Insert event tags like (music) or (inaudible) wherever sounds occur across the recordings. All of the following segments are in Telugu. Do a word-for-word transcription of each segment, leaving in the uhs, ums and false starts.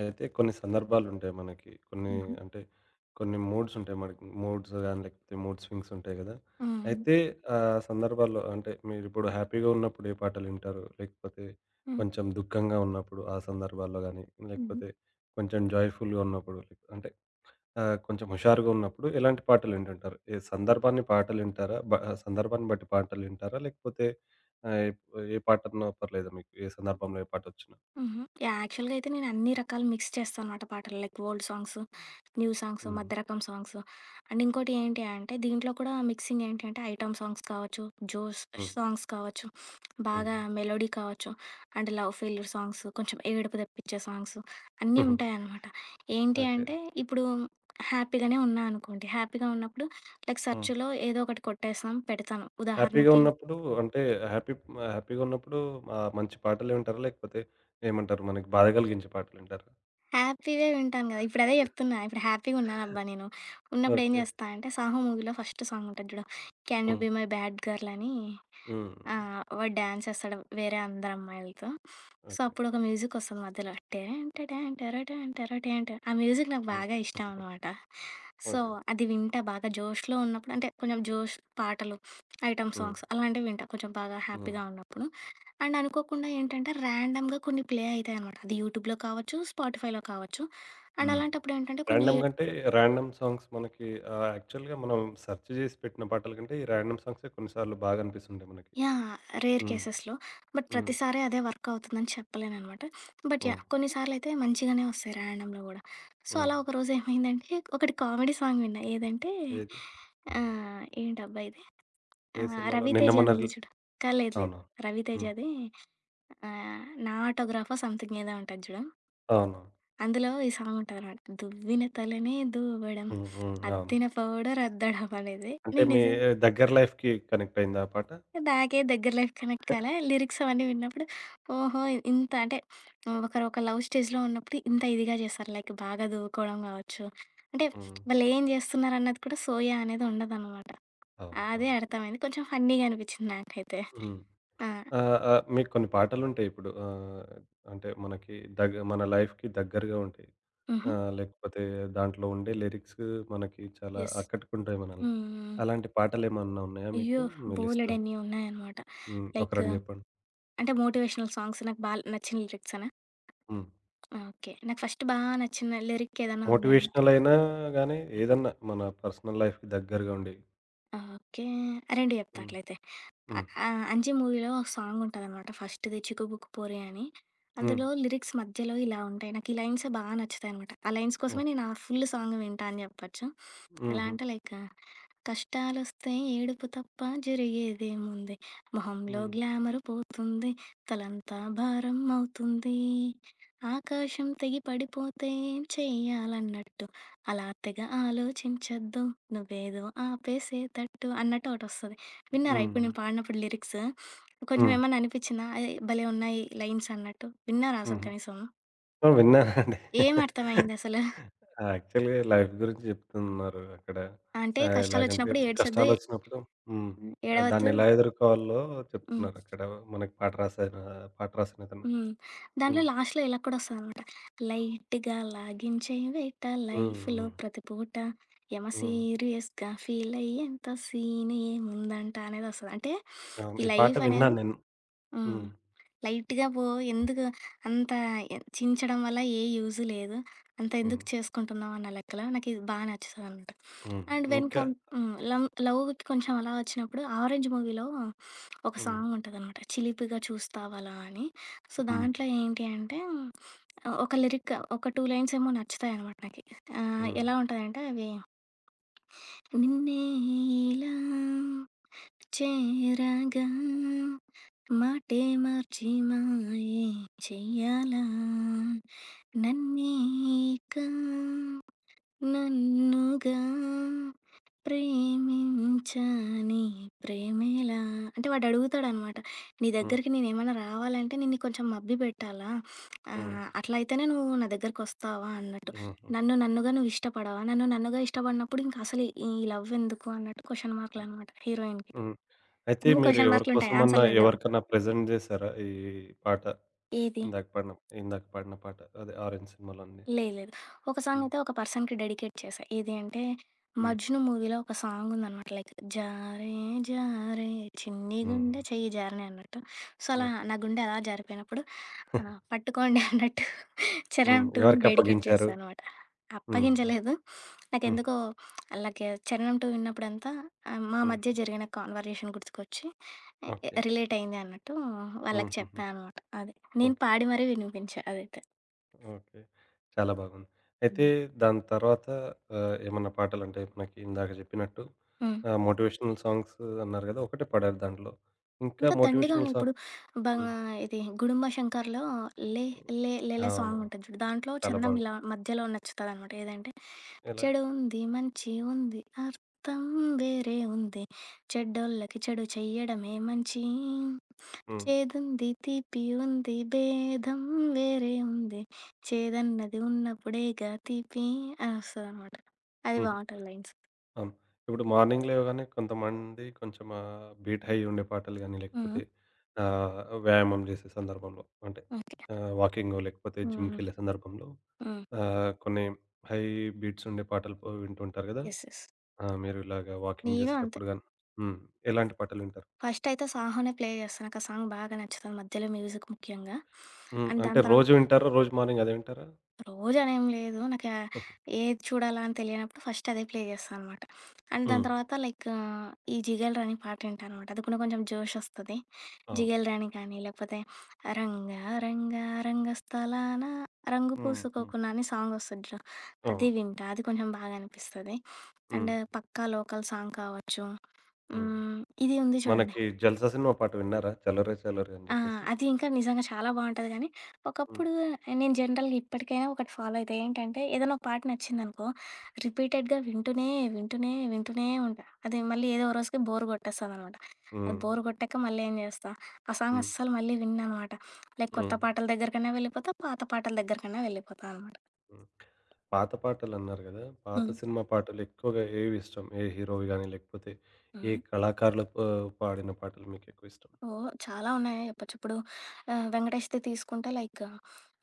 అయితే కొన్ని సందర్భాలుంటాయి మనకి. కొన్ని హుహు. అంటే కొన్ని మూడ్స్ ఉంటాయి మనకి. మూడ్స్ గాని, లేకపోతే మూడ్ స్వింగ్స్ ఉంటాయి గదా! హ్మ్. అయితే ఆ సందర్భాల్లో అంటే మీరిప్పుడు హ్యాపీగా ఉన్నప్పుడు ఏ పాటలింటారు? లేకపోతే హ్మ్. కొంచెం దుఃఖంగా ఉన్నప్పుడు ఆ సందర్భాల్లో గాని, హుహు. లేకపోతే కొంచెం జాయ్‌ఫుల్‌గా ఉన్నప్పుడు లేక- అంటే ఆహ్, కొంచెం హుషారుగా ఉన్నప్పుడు ఎలాంటి పాటలింటుంటారు? ఏ సందర్భాన్ని పాటలింటారా? బ ఆ సందర్భాన్ని బట్టి పాటలింటారా? లేకపోతే ఆహ్, ఏ పాటన్నా పర్లేదా మీకు? ఏ సందర్భంలో ఏ పాటొచ్చినా? హుహు. యాహ్! యాక్చువల్‌గా అయితే నేను అన్ని రకాలు మిక్స్ చేస్తానన్నమాట పాటలు. Like old songs, new songs, హ్మ్. మధ్య రకం సాంగ్స్. అండ్ ఇంకోటి ఏంటి అంటే దీంట్లో కూడా మిక్సింగ్ ఏంటి అంటే ఐటెమ్ సాంగ్స్ కావచ్చు, జోష్ సాంగ్స్ కావచ్చు, హ్మ్. బాగా మెలోడీ కావచ్చు, అండ్ లవ్ ఫెయిల్యూర్ సాంగ్స్, కొంచెం ఏడుపు తెప్పించే సాంగ్స్ అన్నీ హ్మ్. ఉంటాయన్నమాట. ఏంటి ఓకే. అంటే ఇప్పుడు హ్యాపీగానే ఉన్నా అనుకోండి. హ్యాపీగా ఉన్నప్పుడు లైక్ హ్మ్. సెర్చ్‌లో ఏదో ఒకటి కొట్టేస్తాం పెడతాను. హ్యాపీగా ఉదాహరణకి ఉన్నప్పుడు అంటే హ్యాపీ హ్యాపీగా ఉన్నప్పుడు ఆహ్, మంచి పాటలే వింటారా? లేకపోతే ఏమంటారు మనకి బాధ కలిగించే పాటలు వింటారా? హ్యాపీ‌వే వింటాను గదా! ఇప్పుడదే జెప్తున్నా. ఇప్పుడు హ్యాపీ‌గున్నానబ్బా నేను. ఉన్నప్పుడు ఏం ఓకే. జేస్తా అంటే 'సాహో' మూవీలో ఫస్ట్ సాంగుంటది జూడు. 'Can you hmm. Be my bad girl' అని హ్మ్. ఆ! వాడు డాన్స్ చేస్తాడు వేరే అందరు అమ్మాయిలతో. So, okay. అప్పుడొక మ్యూజికొస్తది మధ్యలో. టెన్ టడాన్ టరటాన్ టరటాన్ ట ఆ మ్యూజిక్ నాకు హ్మ్. బాగా ఇష్టం అనమాట. So, okay. అది వింటా బాగా జోష్‌లో ఉన్నప్పుడు అంటే కొంచెం జోష్ పాటలు, ఐటెమ్ హ్మ్. సాంగ్స్ అలాంటివి వింటా కొంచెం బాగా హ్మ్. హ్యాపీగా ఉన్నప్పుడు. అండ్ అనుకోకుండా ఏంటంటే ర్యాండమ్‌గా కొన్ని ప్లే అయితాయనమాట. అది యూట్యూబ్‌లో కావచ్చు, స్పాటిఫైలో కావచ్చు. అండ్ హ్మ్. అలాంటప్పుడు ఏంటంటే కొన్ని రాండమ్‌గా అంటే రాండమ్ సాంగ్స్ మనకి ఆహ్, యాక్చువల్‌గా మనం సెర్చ్ చేసి పెట్టిన పాటల కంటే ఈ రాండమ్ సాంగ్సే కొన్ని సార్లు బాగా అనిపిస్తుంటాయి మనకి. యాహ్! రేర్ హ్మ్. కేసెస్‌లో. బట్ హ్మ్. ప్రతిసారి అదే వర్క్ అవుతుందని చెప్పలేననమాట. బట్ హ్మ్. యాహ్! కొన్నిసార్లయితే మంచిగానే వస్తాయి ర్యాండమ్‌లో గూడా. సో, హ్మ్. అలా ఒకరోజు ఏమైందంటే ఒకటి కామెడీ సాంగ్ విన్నా. ఏదంటే ఏది? ఆహ్, ఏంటబ్బా ఇది ఏ ఆహ్, సినిమాలో నిన్న మొన్న 'రవితేజ'ది ఉంది రిల్ చూడు. కాదు లేదు లేదు. అవును. హ్మ్. 'రవితేజ'ది ఆహ్, 'నా ఆటోగ్రాఫో' సంథింగ్ ఏదో ఉంటది చూడు. అవును. అందులో ఈ సాంగ్ ఉంటదనమాట. దువ్విన తలనే దూవడం హ్మ్. హ్మ్. అవును. అద్దిన పౌడర్ అద్దడం అనేది. అంటే నేను మీ నిజం దగ్గర లైఫ్‌కి కనెక్ట్ అయిందా ఆ పాట? నాకే దగ్గర లైఫ్ కనెక్ట్ కాలే. లిరిక్స్ అవన్నీ విన్నప్పుడు ఓహో! ఇంత అంటే ఒకరు ఒక లవ్ స్టేజ్‌లో ఉన్నప్పుడు ఇంత ఇదిగా చేస్తారు. లైక్ బాగా దూకోవడం కావచ్చు. అంటే హ్మ్. వాళ్ళేం చేస్తున్నారన్నది కూడా సోయా అనేది ఉండదనమాట. అవును. అదే అవును. అర్థమైంది. కొంచెం ఫన్నీగా అనిపించింది నాకైతే. హ్మ్. ఆ! ఆహ్, ఆహ్, మీకు కొన్ని పాటలుంటాయి ఇప్పుడు ఆహ్, అంటే మనకి దగ్ మన లైఫ్‌కి దగ్గరగా ఉంటాయి. హుహు. ఆహ్, లేకపోతే దాంట్లో ఉండే లిరిక్స్ మనకి చాలా యెస్. ఆకట్టుకుంటాయి మనల్ని. హ్మ్. హ్మ్. అలాంటి పాటలేమన్నా ఉన్నాయా అయ్యో! మీకు మీ లిస్ట్‌లో? బోలెడన్ని ఉన్నాయన్నమాట. హ్మ్. ఒక లైక్ రెండు చెప్పండి. అంటే మోటివేషనల్ సాంగ్స్ నాకు బా నచ్చిన లిరిక్సనా? హ్మ్. ఆ! ఓకే. నాకు ఫస్ట్ బా నచ్చిన లిరిక్ ఏదైనా ఉందా అంటే మోటివేషనల్ అయినా గాని ఏదన్నా మన పర్సనల్ లైఫ్‌కి దగ్గరగా ఉండేవి. ఓకే. రెండు చెప్తా హ్మ్. అట్లయితే. అ హ్మ్. ఆహ్, 'అంజి' మూవీలో ఒక సాంగ్ ఉంటదనమాట. ఫస్ట్‌ది 'చిక్కుబుక్కు పోరే' అని. హ్మ్. అందులో లిరిక్స్ మధ్యలో ఇలా ఉంటాయి. నాకు ఈ లైన్సే బాగా నచ్చుతాయనమాట. ఆ లైన్స్ కోసమే ఓకే. నేను ఆ ఫుల్ సాంగ్ వింటా అని చెప్పొచ్చు. ఎలా హుహు. అంటే లైక్ కష్టాలొస్తే ఏడుపు తప్ప జరిగేదేముంది. మొహంలో హ్మ్. గ్లామర్ పోతుంది. తలంతా భారం అవుతుంది. ఆకాశం తెగి పడిపోతే ఏం చెయ్యాలన్నట్టు. అలా తెగ ఆలోచించొద్దు. నువ్వేదో ఆపేసేతట్టు అన్నట్టు ఒకటొస్తది. విన్నారా హ్మ్. ఇప్పుడు హ్మ్. నేను పాడినప్పుడు లిరిక్స్? కొంచెం హ్మ్. ఏమన్నా అనిపిచ్చిందా? అయ్ భలే ఉన్నాయి లైన్స్ అన్నట్టు. విన్నారా అసలు హుహు. కనీసం? ఆ! విన్నానండి. ఏం అర్థమైందసలు? యాక్చువల్‌గా లైఫ్ గురించి జెప్తున్నారు అక్కడ. అంటే ఆహ్, ఎలాగంటే కష్టాలొచ్చినప్పుడు ఏడ్చొద్దు, కష్టాలొచ్చినప్పుడు హ్మ్. ఏడవద్దు. దాన్నెలా ఎదుర్కోవాలో హ్మ్. చెప్తున్నారక్కడ మనకి పాట రాసాయన పాట రాసినతను. హ్మ్. దాంట్లో హ్మ్. లాస్ట్‌లో ఇలా కూడా వస్తదనమాట. లైట్‌గా లాగించే వేట హ్మ్. లైఫ్‌లో హ్మ్. ప్రతి పూట యమ హ్మ్. సీరియస్‌గా ఫీలయ్యేంత సీన్ ఏముందంట అనేదొస్తది. అంటే అవును. ఈ ఈ పాట లైఫ్ అనేది విన్నాను నేను. హ్మ్. హ్మ్. లైట్‌గా పో. ఎందుకు అంత ఎ చించడం వల్ల ఏ యూజ్ లేదు. అంత ఎందుకు హ్మ్. చేసుకుంటున్నావు అన్న లెక్కలో నాకిది బా నచ్చుతదనమాట. హ్మ్. అండ్ వెన్ ఇంకా కమ్ హ్మ్. లవ్ లవ్‌కి కొంచెం అలా వచ్చినప్పుడు 'ఆరెంజ్' మూవీలో ఒక హ్మ్. సాంగ్ ఉంటదనమాట. 'చిలిపిగా చూస్తావలా' అని. సో, హ్మ్. దాంట్లో ఏంటి అంటే ఉమ్, ఒక లిరిక్ ఒక టూ లైన్స్ ఏమో నచ్చుతాయనమాట నాకి. ఆహ్, హ్మ్. ఎలా ఉంటదంటే అవి నిన్నే ఇలా చేరగా మాటే మార్చి మాయే చెయ్యాలా నన్నే ఇక నన్నుగా ప్రేమించని ప్రేమేలా అంటే వాడు అడుగుతాడనమాట. నీ హ్మ్. దగ్గరికి నేనేమైనా రావాలంటే నిన్ను కొంచెం మబ్బి పెట్టాలా? హ్మ్. ఆహ్, అట్లా అయితేనే నువ్వు నా దగ్గరకొస్తావా అన్నట్టు. హుహు. నన్ను నన్నుగా నువ్వు ఇష్టపడవా? నన్ను నన్నుగా ఇష్టపడినప్పుడు ఇంక అసలు ఈ లవ్ ఎందుకు అన్నట్టు క్వెషన్ మార్కులనమాట హీరోయిన్‌కి. హ్మ్. అయితే అన్ని మీరు క్వెషన్ ఎవరి మార్కులుంటాయి. కోసమన్నా ఆన్సర్‌లుండవు. ఎవరికన్నా ప్రెజెంట్ జేసారా ఈ పాట? ఏది? ఇందాక పాడిన ఇందాక పాడిన పాట. అదే 'ఆరెంజ్' సినిమాలో అండి. లేదు లేదు. ఒక హ్మ్. సాంగయితే ఒక పర్సన్‌కి డెడికేట్ చేశా. ఏది అంటే హ్మ్. 'మజ్ను' మూవీలో ఒక సాంగుందనమాట. లైక్ జారే జారే చిన్ని హ్మ్. గుండె చెయ్యి జారిన అన్నట్టు. సో, అలా ఓకే. నా గుండె అలా జారిపోయినప్పుడు ఆహ్, పట్టుకోండి అన్నట్టు హ్మ్. 'చరణ్ టూ'ని డెడికేట్ చేశా ఎవరికప్పగించారు? అనమాట. హ్మ్. అప్పగించలేదు. హ్మ్. నాకెందుకో అలాగే 'చరణం టూ' విన్నప్పుడంతా ఆహ్, మా హ్మ్. మధ్య జరిగిన కాన్వర్జేషన్ గుర్తుకొచ్చి ఎ ఓకే. రిలేట్ అయింది అన్నట్టు వాళ్ళకి హుహుహు. చెప్పా అనమాట. అది. నేను ఓకే. పాడి మరీ వినిపించా అదైతే. ఓకే. చాలా బాగుంది. అయితే హ్మ్. దాని తర్వాత ఆహ్, ఏమన్నా పాటలంటే మనకి ఇందాక చెప్పినట్టు హ్మ్. ఆహ్, మోటివేషనల్ సాంగ్స్ అన్నారు గదా! ఒకటే పాడారు దాంట్లో. ఇంకా ఇంకా దండిగా మోటివేషనల్ ఉన్నాయి. ఇప్పుడు సాంగ్ బా హ్మ్. ఇది 'గుడుంబ శంకర్‌లో' 'లే హ్మ్. లే లేలే' సాంగ్ అవునవును. ఉంటది చూడు. దాంట్లో చాలా చరణం ఇలా బావుంటుంది. మధ్యలో నచ్చుతదనమాట. ఏదంటే ఎలాగ? చెడు ఉంది, మంచి ఉంది, అర్థం వేరే ఉంది. చెడ్డోళ్ళకి చెడు చెయ్యడమే మంచి. హ్మ్. చేదుంది, తీపి ఉంది, భేదం వేరే ఉంది. చేదన్నది ఉన్నప్పుడేగా తీపి అని వస్తదనమాట. అది హ్మ్. బావుంటది లైన్స్. అవును. ఇప్పుడు మార్నింగ్ లేవగానే కొంతమంది కొంచెం ఆహ్, బీట్ అయ్యి ఉండే పాటలు గాని, హ్మ్. లేకపోతే ఆహ్, వ్యాయామం చేసే సందర్భంలో అంటే ఓకే. ఆహ్, వాకింగో లేకపోతే హ్మ్. జిమ్‌కెళ్ళే సందర్భంలో హ్మ్. ఆహ్, కొన్ని హై బీట్స్ ఉండే పాటలు పో వింటుంటారు గదా! యెస్. యెస్. ఆ! మీరు ఇలాగ వాకింగ్ నేను అంతే. చేసేటప్పుడు గాని హ్మ్. ఎలాంటి పాటలు వింటారు? ఫస్ట్ అయితే 'సాహోనే' ప్లే చేస్తా. నాకు ఆ సాంగ్ బాగా నచ్చుతది. మధ్యలో మ్యూజిక్ ముఖ్యంగా. హ్మ్. అండ్ అంటే దాని రోజు తర్వాత వింటారా? రోజు మార్నింగ్ అదే వింటారా? రోజనేం లేదు. నాకు ఆహ్, (laughs) ఏది చూడాలా అని తెలియనప్పుడు ఫస్ట్ అదే ప్లే చేస్తా అనమాట. అండ్ దాని హ్మ్. తర్వాత లైక్ ఆహ్, ఈ 'జిగేల్ రాణి' పాట వింటా అనమాట. అది కూడా కొంచెం జోషొస్తది. అవును. 'జిగేల్ రాణి' కానీ, లేకపోతే 'రంగా రంగా రంగస్థలాన రంగు హ్మ్. హ్మ్. పూసుకోకున్నా' అని సాంగొస్తది చూడు, అది అవును. వింటా. అది కొంచెం బాగా అనిపిస్తది. హ్మ్. అండ్ 'పక్కా లోకల్' సాంగ్ కావచ్చు. హ్మ్. హ్మ్. ఇది ఉంది చూడండి. మనకి 'జల్సా' సినిమా పాట విన్నారా? 'చలోరే చలోరే' అని ఆ! జెప్పేసి? అది ఇంకా నిజంగా చాలా బావుంటది గానీ, హ్మ్. ఒకప్పుడు నేను జనరల్‌గా ఇప్పటికైనా ఒకటి ఫాలో అయితా. ఏంటంటే, ఏదైనా ఒక పాట నచ్చిందనుకో, రిపీటెడ్‌గా వింటూనే, వింటూనే, వింటూనే ఉంటా. అది మళ్ళీ ఏదో ఓ రోజుకి బోర్ కొట్టేస్తదనమాట. అది హ్మ్. బోర్ కొట్టాక మళ్ళీ ఏం చేస్తా, ఆ సాంగ్ హ్మ్. అస్సలు మళ్ళీ వినననమాట. లైక్ కొత్త హ్మ్. పాటల దగ్గరకన్నా వెళ్ళిపోతా, పాత పాటల దగ్గరకన్నా వెళ్ళిపోతా అనమాట. హ్మ్. పాత పాటలన్నారు గదా! పాత హ్మ్. సినిమా పాటలెక్కువగా ఏవి ఇష్టం? ఏ హీరోవి గాని, లేకపోతే ఏ హ్మ్. కళాకారులు ప పాడిన పాటలు మీకెక్కువిష్టం? ఓహ్! చాలా ఉన్నాయే చెప్పొచ్చు. ఇప్పుడు ఆహ్, వెంకటేష్‌ది తీసుకుంటే లైక్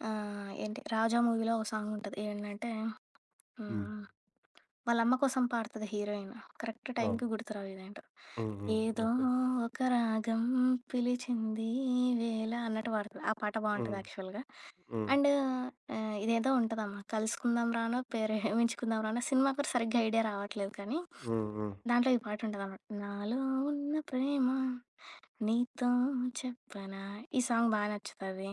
ఆహ్, ఏంటి 'రాజా' మూవీలో ఒక సాంగుంటది. ఏంటంటే హ్మ్. హ్మ్. వాళ్ళమ్మ కోసం పాడతది హీరోయిన్. కరెక్ట్ అవును. టైంకి గుర్తురావు ఇదేంటో. హ్మ్. హ్మ్. ఏదో ఓకే. ఒక రాగం పిలిచింది వేళ అన్నట్టు పాడుతది. ఆ పాట బావుంటది హ్మ్. యాక్చువల్‌గా. హ్మ్. అండ్ ఆహ్, ఇదేదో ఉంటదమ్మా. కలుసుకుందాం రానో, ప్రేమించుకుందాం రానో సినిమా పేరు సరిగ్గా ఐడియా రావట్లేదు కానీ, హ్మ్. హ్మ్. దాంట్లో ఈ పాట ఉంటదనమాట. నాలో ఉన్న ప్రేమ నీతో చెప్పనా ఈ సాంగ్ బా నచ్చుతది.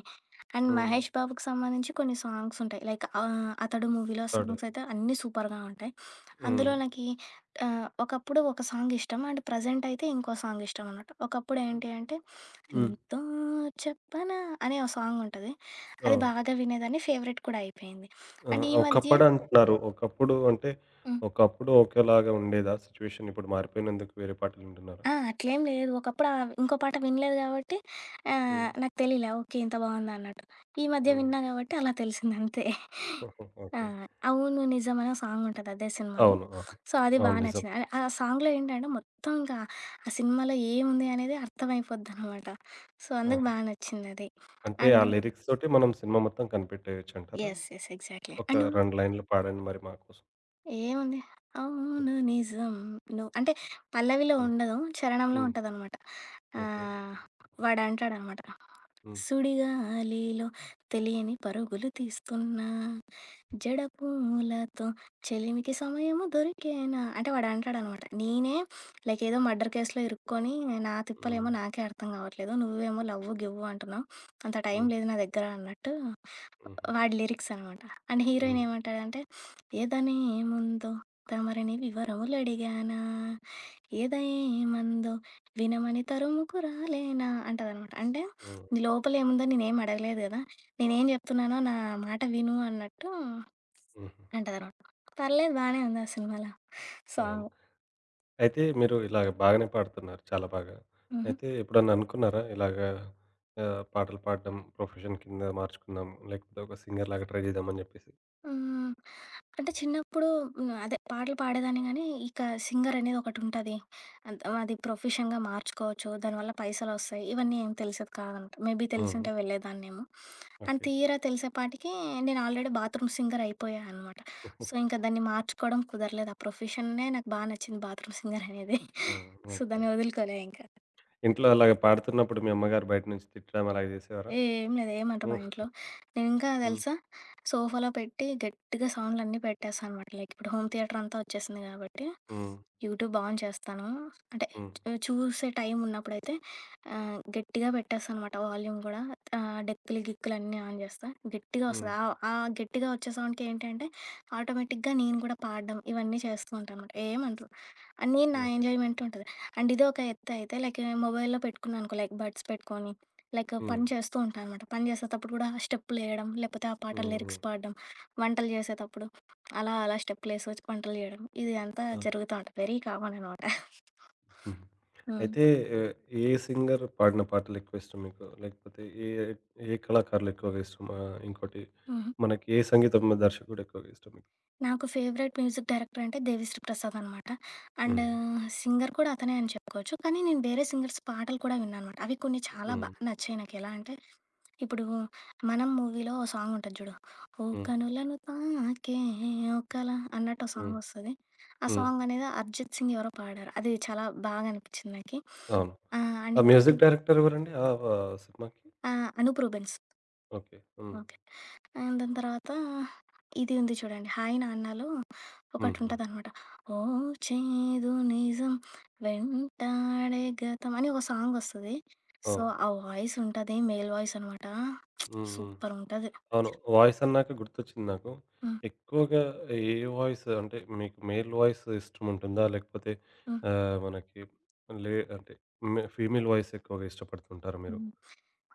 అండ్ హ్మ్. మహేష్ బాబుకి సంబంధించి కొన్ని సాంగ్స్ ఉంటాయి. లైక్ ఆహ్, 'అతడు' మూవీలో థర్డ్. సాంగ్స్ అయితే అన్నీ సూపర్‌గా ఉంటాయి. హ్మ్. అందులో నాకీ ఆహ్, ఒకప్పుడు ఒక సాంగ్ ఇష్టం. అండ్ ప్రెజెంట్ అయితే ఇంకో సాంగ్ ఇష్టం అన్నట్టు. ఒకప్పుడు ఏంటి అంటే హ్మ్. 'నీతో చెప్పనా' అనే ఓ సాంగ్ ఉంటది. అది అవును. బాగా వినేదాన్ని. ఫేవరెట్ కూడా అయిపోయింది. ఆ! అండ్ ఈ మధ్య ఒకప్పుడంటున్నారు. ఒకప్పుడు అంటే, హ్మ్. ఒకప్పుడు ఒకేలాగా ఉండేదా సిట్యుయేషన్? ఇప్పుడు మారిపోయినందుకు వేరే పాటలింటున్నారా? ఆ! అట్లేం లేదు. ఒకప్పుడు ఆహ్, ఇంకో పాట వినలేదు గాబట్టి ఆహ్, హ్మ్. నాకు తెలీలే. ఓకే. ఇంత బావుందన్నట్టు. ఈ మధ్య హ్మ్. విన్నా గాబట్టి అలా తెలిసిందంతే. (laughs) ఆ! ఓకే. 'అవును నిజం' అనే సాంగుంటది అదే సినిమాలో. అవును. అవును. సో, అది బా అవును. నిజం. నచ్చింది. ఆహ్, ఆ సాంగ్‌లో ఏంటంటే మొత్తం ఇంకా ఆ సినిమాలో ఏముంది అనేది అర్థమైపోద్దనమాట. సో, అందుకు ఆహా! బా నచ్చిందది. అంటే ఆ అండ్ లిరిక్స్ తోటి మనం సినిమా మొత్తం కనిపెట్టేయొచ్చంటారా? యెస్. యెస్. ఎగ్జాక్ట్‌లీ. ఒక అండ్ రెండు లైన్‌లు పాడండి మరి మా కోసం. ఏముంది? అవును నిజం నువ్వు అంటే పల్లవిలో హ్మ్. ఉండదు. చరణంలో హ్మ్. ఉంటదనమాట. ఓకే. ఆహ్, వాడంటాడనమాట. హ్మ్. సుడిగాలిలో తెలియని పరుగులు తీస్తున్నా, జడపూలతో చెలిమికి సమయము దొరికేనా అంటే వాడంటాడనమాట. నేనే లైక్ ఏదో మర్డర్ కేస్‌లో ఇరుక్కొని నా హ్మ్. తిప్పలేమో నాకే అర్థం కావట్లేదు. నువ్వేమో లవ్వు, గివ్వు అంటున్నావు. అంత టైం హ్మ్. లేదు నా దగ్గర అన్నట్టు హుహు. వాడి లిరిక్స్ అనమాట. అండ్ హీరోయిన్ హ్మ్. ఏమంటాడంటే ఎదనేముందో తమరిని వివరములడిగానా? ఎదయేమందో వినమని తరుముకు రాలేనా? అంటదనమాట. అంటే హ్మ్. నీ లోపలేముందో నేనేం అడగలేదు గదా! నేనేం జెప్తున్నానో నా మాట విను అన్నట్టు హుహు. అంటదనమాట. పర్లేదు బానే ఉంది ఆ సినిమాలో అవును. సాంగు. అయితే మీరు ఇలాగ బాగానే పాడుతున్నారు. చాలా బాగా. హుహు. అయితే ఎప్పుడన్నా అనుకున్నారా ఇలాగా ఆహ్, పాటలు పాడడం ప్రొఫెషన్ కింద మార్చుకుందాం, లేకపోతే ఒక సింగర్ లాగా ట్రై చేద్దాం అని జెప్పేసి? హ్మ్. అంటే చిన్నప్పుడు హ్మ్. అదే పాటలు పాడేదాన్ని గానీ, ఇక సింగర్ అనేది ఒకటుంటది. అద్ అది ప్రొఫెషన్‌గా మార్చుకోవచ్చు. దానివల్ల పైసలొస్తాయి. ఇవన్నీ ఏం తెలిసేది కాదనమాట. మేబీ హ్మ్. తెలిసుంటే వెళ్ళేదాన్నేమో. And okay. తీరా తెలిసేపాటికి నేను ఆల్రెడీ బాత్రూమ్ సింగర్ అయిపోయా అనమాట. సో, (laughs) ఇంకా దాన్ని మార్చుకోవడం కుదరలేదు. ఆ ప్రొఫెషన్‌నే నాకు బా నచ్చింది బాత్రూమ్ సింగర్ అనేది. హ్మ్. So, okay. దాన్ని వదులుకోలే ఇంకా. ఇంట్లో అలాగ పాడుతున్నప్పుడు మీ అమ్మగారు బయట నుంచి తిట్టడం అలాగ జేసేవారా? ఏ ఏం లేదు. ఏయమంటారు మా హ్మ్. ఇంట్లో. నేనింకా హ్మ్. తెలుసా సోఫాలో పెట్టి గట్టిగా సౌండ్‌లన్నీ పెట్టేస్తా అనమాట. లైక్ ఇప్పుడు హోమ్ థియేటర్ అంతా వచ్చేసింది కాబట్టి, హ్మ్. యూట్యూబ్ ఆన్ చేస్తాను. అంటే హ్మ్. చూ- చూసే టైం ఉన్నప్పుడైతే ఆహ్, గట్టిగా పెట్టేస్తా అనమాట వాల్యూమ్ గూడా. ఆహ్, డెక్కులు, గిక్కులు అన్నీ ఆన్ చేస్తా. గట్టిగా హ్మ్. వస్తది. ఆ ఆ గట్టిగా వచ్చే సౌండ్‌కి ఏంటంటే ఆటోమేటిక్‌గా నేను కూడా పాడడం ఇవన్నీ చేస్తూ ఉంటానమాట. ఏమనరు. అని నా ఓకే. ఎంజాయ్‌మెంట్ ఉంటది. అండ్ ఇది ఒక ఎత్తయితే లైక్ మొబైల్‌లో పెట్టుకున్నాననుకో లైక్ బడ్స్ పెట్టుకొని, లైక్ హ్మ్. పని చేస్తూ ఉంటా అనమాట. పని చేసేటప్పుడు కూడా స్టెప్పులేయడం, లేకపోతే ఆ పాట హ్మ్. హ్మ్. లిరిక్స్ పాడడం, వంటలు చేసేతప్పుడు అలా అలా స్టెప్పులేసి వచ్చి వంటలు చేయడం, ఇది అంతా అవును. జరుగుతా ఉంటది. వెరీ కామన్ అనమాట. హ్మ్. అయితే హ్మ్. ఆహ్, ఏ సింగర్ పాడిన పాటలు ఎక్కువ ఇష్టం మీకు? లేకపోతే ఏ ఏ కళాకారులు ఎక్కువగా ఇష్టమా? ఇంకోటి హుహు. మనకి ఏ సంగీతం దర్శకుడు ఎక్కువగా ఇష్టం మీకు? నాకు ఫేవరెట్ మ్యూజిక్ డైరెక్టర్ అంటే 'దేవిశ్రీ ప్రసాద్' అనమాట. అండ్ హ్మ్. సింగర్ కూడా అతనే అని చెప్పుకోవచ్చు. కానీ నేను వేరే సింగర్స్ పాటలు కూడా విన్నానమాట. అవి కొన్ని చాలా బా హ్మ్. నచ్చాయి నాకు. ఎలా అంటే ఇప్పుడు 'మనం' మూవీలో ఓ సాంగ్ ఉంటది చూడు. ఓ హ్మ్. కనులను తాకే ఓ కల అన్నట్టు ఓ సాంగ్ హ్మ్. వస్తది. ఆ హ్మ్. సాంగ్ అనేది అరిజిత్ సింగ్ ఎవరో పాడారు. అది చాలా బాగా అనిపించింది నాకి. అవును. ఆహ్, అండ్ ఆ ఇంకోటి మ్యూజిక్ డైరెక్టర్ ఎవరండి? ఆ! వ సినిమాకి? ఆహ్, 'Anoop Rubens' okay. Hmm. Okay. And దాని తర్వాత ఇది ఉంది చూడండి 'హాయ్ నాన్నలో' హ్మ్. హ్మ్. ఒకటుంటదనమాట. ఓ చేదు నిజం వెంటాడే గతం అని ఒక సాంగ్ వస్తది. సో, అవును. ఆ వాయిస్ ఉంటది. మేల్ వాయిస్ అనమాట. హ్మ్. హ్మ్. సూపరుంటది. అవును. వాయిస్ అన్నాక గుర్తొచ్చింది నాకు. హ్మ్. ఎక్కువగా ఏ వాయిస్ అంటే మీకు మేల్ వాయిస్ ఇష్టముంటుందా? లేకపోతే హ్మ్. ఆహ్, మనకి లే అంటే మె ఫీమేల్ వాయిస్ ఎక్కువగా ఇష్టపడుతుంటారా మీరు? హ్మ్.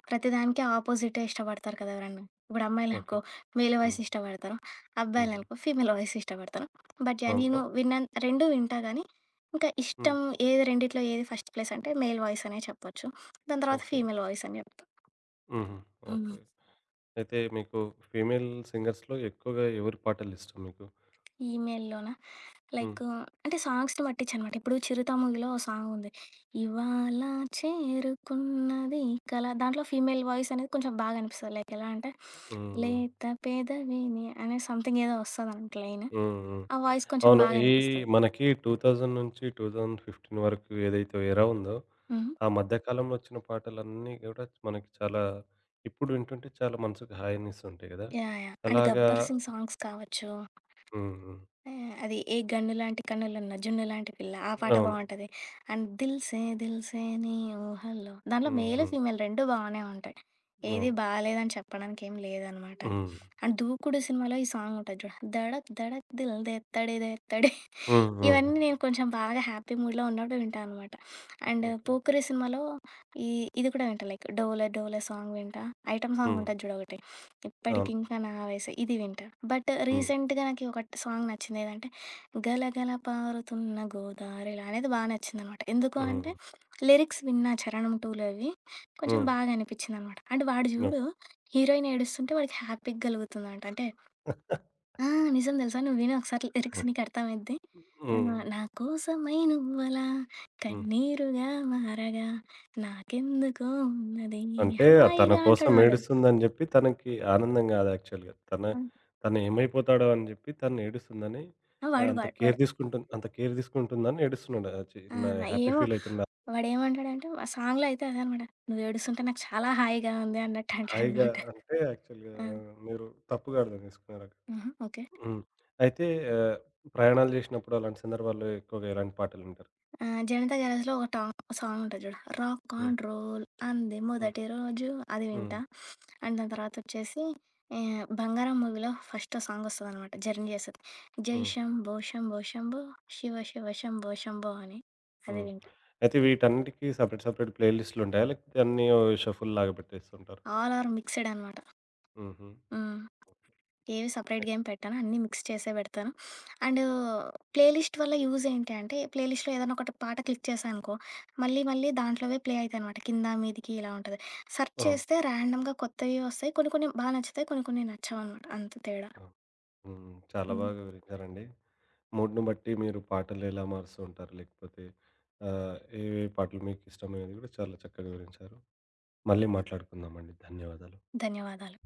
ప్రతిదానికి ఆపోజిటే ఇష్టపడతారు కదా! ఎవరన్నా. ఇప్పుడు ఓకే. అమ్మాయిలనుకో మేల్ హ్మ్. వాయిస్ ఇష్టపడతారు. హుహు. అబ్బాయిలనుకో ఫీమేల్ వాయిస్ ఇష్టపడతారు. But yeah! అవును. నేను ఆ! విన్న రెండూ వింటా గానీ, ఇంకా హ్మ్. ఇష్టం ఏది రెండిట్లో ఏది ఫస్ట్ ప్లేస్ అంటే మేల్ వాయిస్ అనే చెప్పొచ్చు. దాని తర్వాత ఓకే. ఫీమేల్ వాయిస్ అని చెప్తా. హుహు. హ్మ్. ఓకే. అయితే మీకు ఫీమేల్ సింగర్స్‌లో ఎక్కువగా ఎవరి పాటలిష్టం మీకు? ఈమెయిల్‌లోనా హ్మ్. లైక్ అంటే సాంగ్స్‌ని పట్టించనమాట. ఇప్పుడు 'చిరుత' మూవీలో ఓ సాంగ్ ఉంది. ఇవాళ చేరుకున్నది కల దాంట్లో ఫీమేల్ వాయిస్ అనేది కొంచెం బాగా అనిపిస్తది. లైక్ ఎలా అంటే, హ్మ్. లేత పెదవిని అనే సంథింగ్ ఏదో వస్తదనమాట లైన్. హ్మ్. హ్మ్. ఆ వాయిస్ కొంచెం అవును. బాగా ఈ అనిపిస్తది. మనకి రెండు వేల నుంచి రెండు వేల పదిహేను వరకు ఏదైతే ఎరా ఉందో, హ్మ్. ఆ మధ్య కాలంలో వచ్చిన పాటలన్నీ గూడా మనకి చాలా ఇప్పుడు వింటుంటే చాలా మనసుకు హాయినిస్తుంటాయి గదా! యాహ్! యాహ్! అండ్ అలాగా 'గబ్బర్ సింగ్' సాంగ్స్ కావచ్చు. హ్మ్. హ్మ్. ఆ! అది 'ఏ గన్ను లాంటి కన్నులున్న జున్ను లాంటి పిల్ల' ఆ పాట అవును. బావుంటది. అండ్ 'దిల్‌సే దిల్‌సే నీ ఊహల్లో' దాంట్లో హ్మ్. మేలు, హ్మ్. ఫీమేల్ రెండూ బానే ఉంటాయి. అవును. ఏది బాలేదని చెప్పడానికి ఏం లేదనమాట. హ్మ్. అండ్ 'దూకుడు' సినిమాలో ఈ సాంగ్ ఉంటది చూడు. 'ధడక్ ధడక్ దిల్ దేత్తడే దేత్తడే' హ్మ్. హ్మ్. ఇవన్నీ నేను కొంచెం బాగా హ్యాపీ మూడ్‌లో ఉన్నప్పుడు వింటా అనమాట. And okay. 'పోకిరి' సినిమాలో ఈ ఇది కూడా వింటా లైక్ 'డోలే డోలే' సాంగ్ వింటా. ఐటెమ్ సాంగ్ హ్మ్. ఉంటది చూడు ఒకటి. అవును. ఇప్పటికింకా నా వయసు ఇది వింటా. బట్ హ్మ్. రీసెంట్‌గా నాకి ఒక సాంగ్ నచ్చింది. ఏదంటే 'గలగల పారుతున్న గోదారిలా' అనేది బా నచ్చిందనమాట. ఎందుకు హ్మ్. అంటే లిరిక్స్ విన్నా 'చరణం టూ' అవి కొంచెం హ్మ్. బాగా అనిపించిందనమాట. అండ్ వాడు ఓకే. జూడు హీరోయిన్ ఏడుస్తుంటే వాడికి హ్యాపీ గలుగుతుందంట. అంటే (laughs) ఆ! నిజం తెలుసా? నువ్వు విను ఒకసారి లిరిక్స్ నీకు అర్థమైద్ది. హ్మ్. ఆహ్, హ్మ్. నా కోసమై నువ్వలా హ్మ్. కన్నీరుగా మారగా నాకెందుకో ఉన్నది అంటే తన హాయిగా కోసం అంటాడు వాడు. ఏడుస్తుందని జెప్పి తనకి ఆనందం గాదు యాక్చువల్‌గా. తన ఆ! తను ఏమైపోతాడో అని జెప్పి తను ఏడుస్తుందని ఆహ్, వాడు అంత వాడు కేర్ వాడు తీసుకుంటుంది అంత కేర్ తీసుకుంటుందని ఏడుస్తున్నాడు. ఆహ్, ఆ! చిన్న హ్యాపీ ఏమో ఫీల్ అయితుండ. వాడేమంటాడంటే వ సాంగ్‌లో అయితే అదే అనమాట. "నువ్వేడుస్తుంటే నాకు చాలా హాయిగా ఉంది" అన్నట్టు హాయిగా అంటాడనమాట. అంటే యాక్చువల్‌గా ఆ! మీరు తప్పుగా అర్థం చేసుకున్నారక్కడ. ఆహా! ఓకే. హ్మ్. అయితే ఆహ్, ప్రయాణాలు జేసినప్పుడు అలాంటి సందర్భాల్లో ఎక్కువగా ఎలాంటి పాటలు వింటారు? ఆ! 'జనతా గ్యారేజ్‌లో' ఒక టా సాంగ్ ఉంటది చూడు. 'రాక్ హ్మ్. అండ్ రోల్ అంది హ్మ్. మొదటి రోజు' అది హ్మ్. వింటా. అండ్ దాని తర్వాతొచ్చేసి ఆహ్, 'బంగారం' మూవీలో ఫస్ట్ సాంగ్ వస్తదనమాట 'జర్నీ' చేస్తది. 'జై హ్మ్. శంభో శంభో శంభో శివ శివ శంభో శంభో' అని. అది హ్మ్. వింటా. అయితే వీటన్నిటికి సెపరేట్ సెపరేట్ ప్లే లిస్ట్‌లుంటాయా? లేకపోతే అన్నీ ఓ షఫుల్ లాగా పెట్టేస్తుంటారు? ఆల్ ఆర్ మిక్స్‌డ్ అనమాట. హుహు. హ్మ్. ఏవి ఓకే. సెపరేట్‌గా ఏం పెట్టను. అన్నీ మిక్స్ చేసే పెడతాను. అండ్ ప్లేలిస్ట్ వల్ల యూజ్ ఏంటి అంటే, ప్లేలిస్ట్‌లో ఏదైనా ఒకటి పాట క్లిక్ చేశాననుకో, మళ్ళీ మళ్ళీ దాంట్లోవే ప్లే అయితాయనమాట. కింద, మీదికి ఇలా ఉంటది. సెర్చ్ ఆ! చేస్తే ర్యాండమ్‌గా కొత్తవి వస్తాయి. కొన్ని కొన్ని బా నచ్చుతాయి. కొన్ని కొన్ని నచ్చవనమాట. అంత తేడా. ఆ! హ్మ్. చాలా హ్మ్. బాగా వివరించారండి. మూడ్‌ని బట్టి మీరు పాటలెలా మారుస్తూ ఉంటారు? లేకపోతే ఆహ్, ఏవే పాటలు మీకిష్టమైనది గూడా చాలా చక్కగా వివరించారు. మళ్ళీ మాట్లాడుకుందామండి. ధన్యవాదాలు. ధన్యవాదాలు.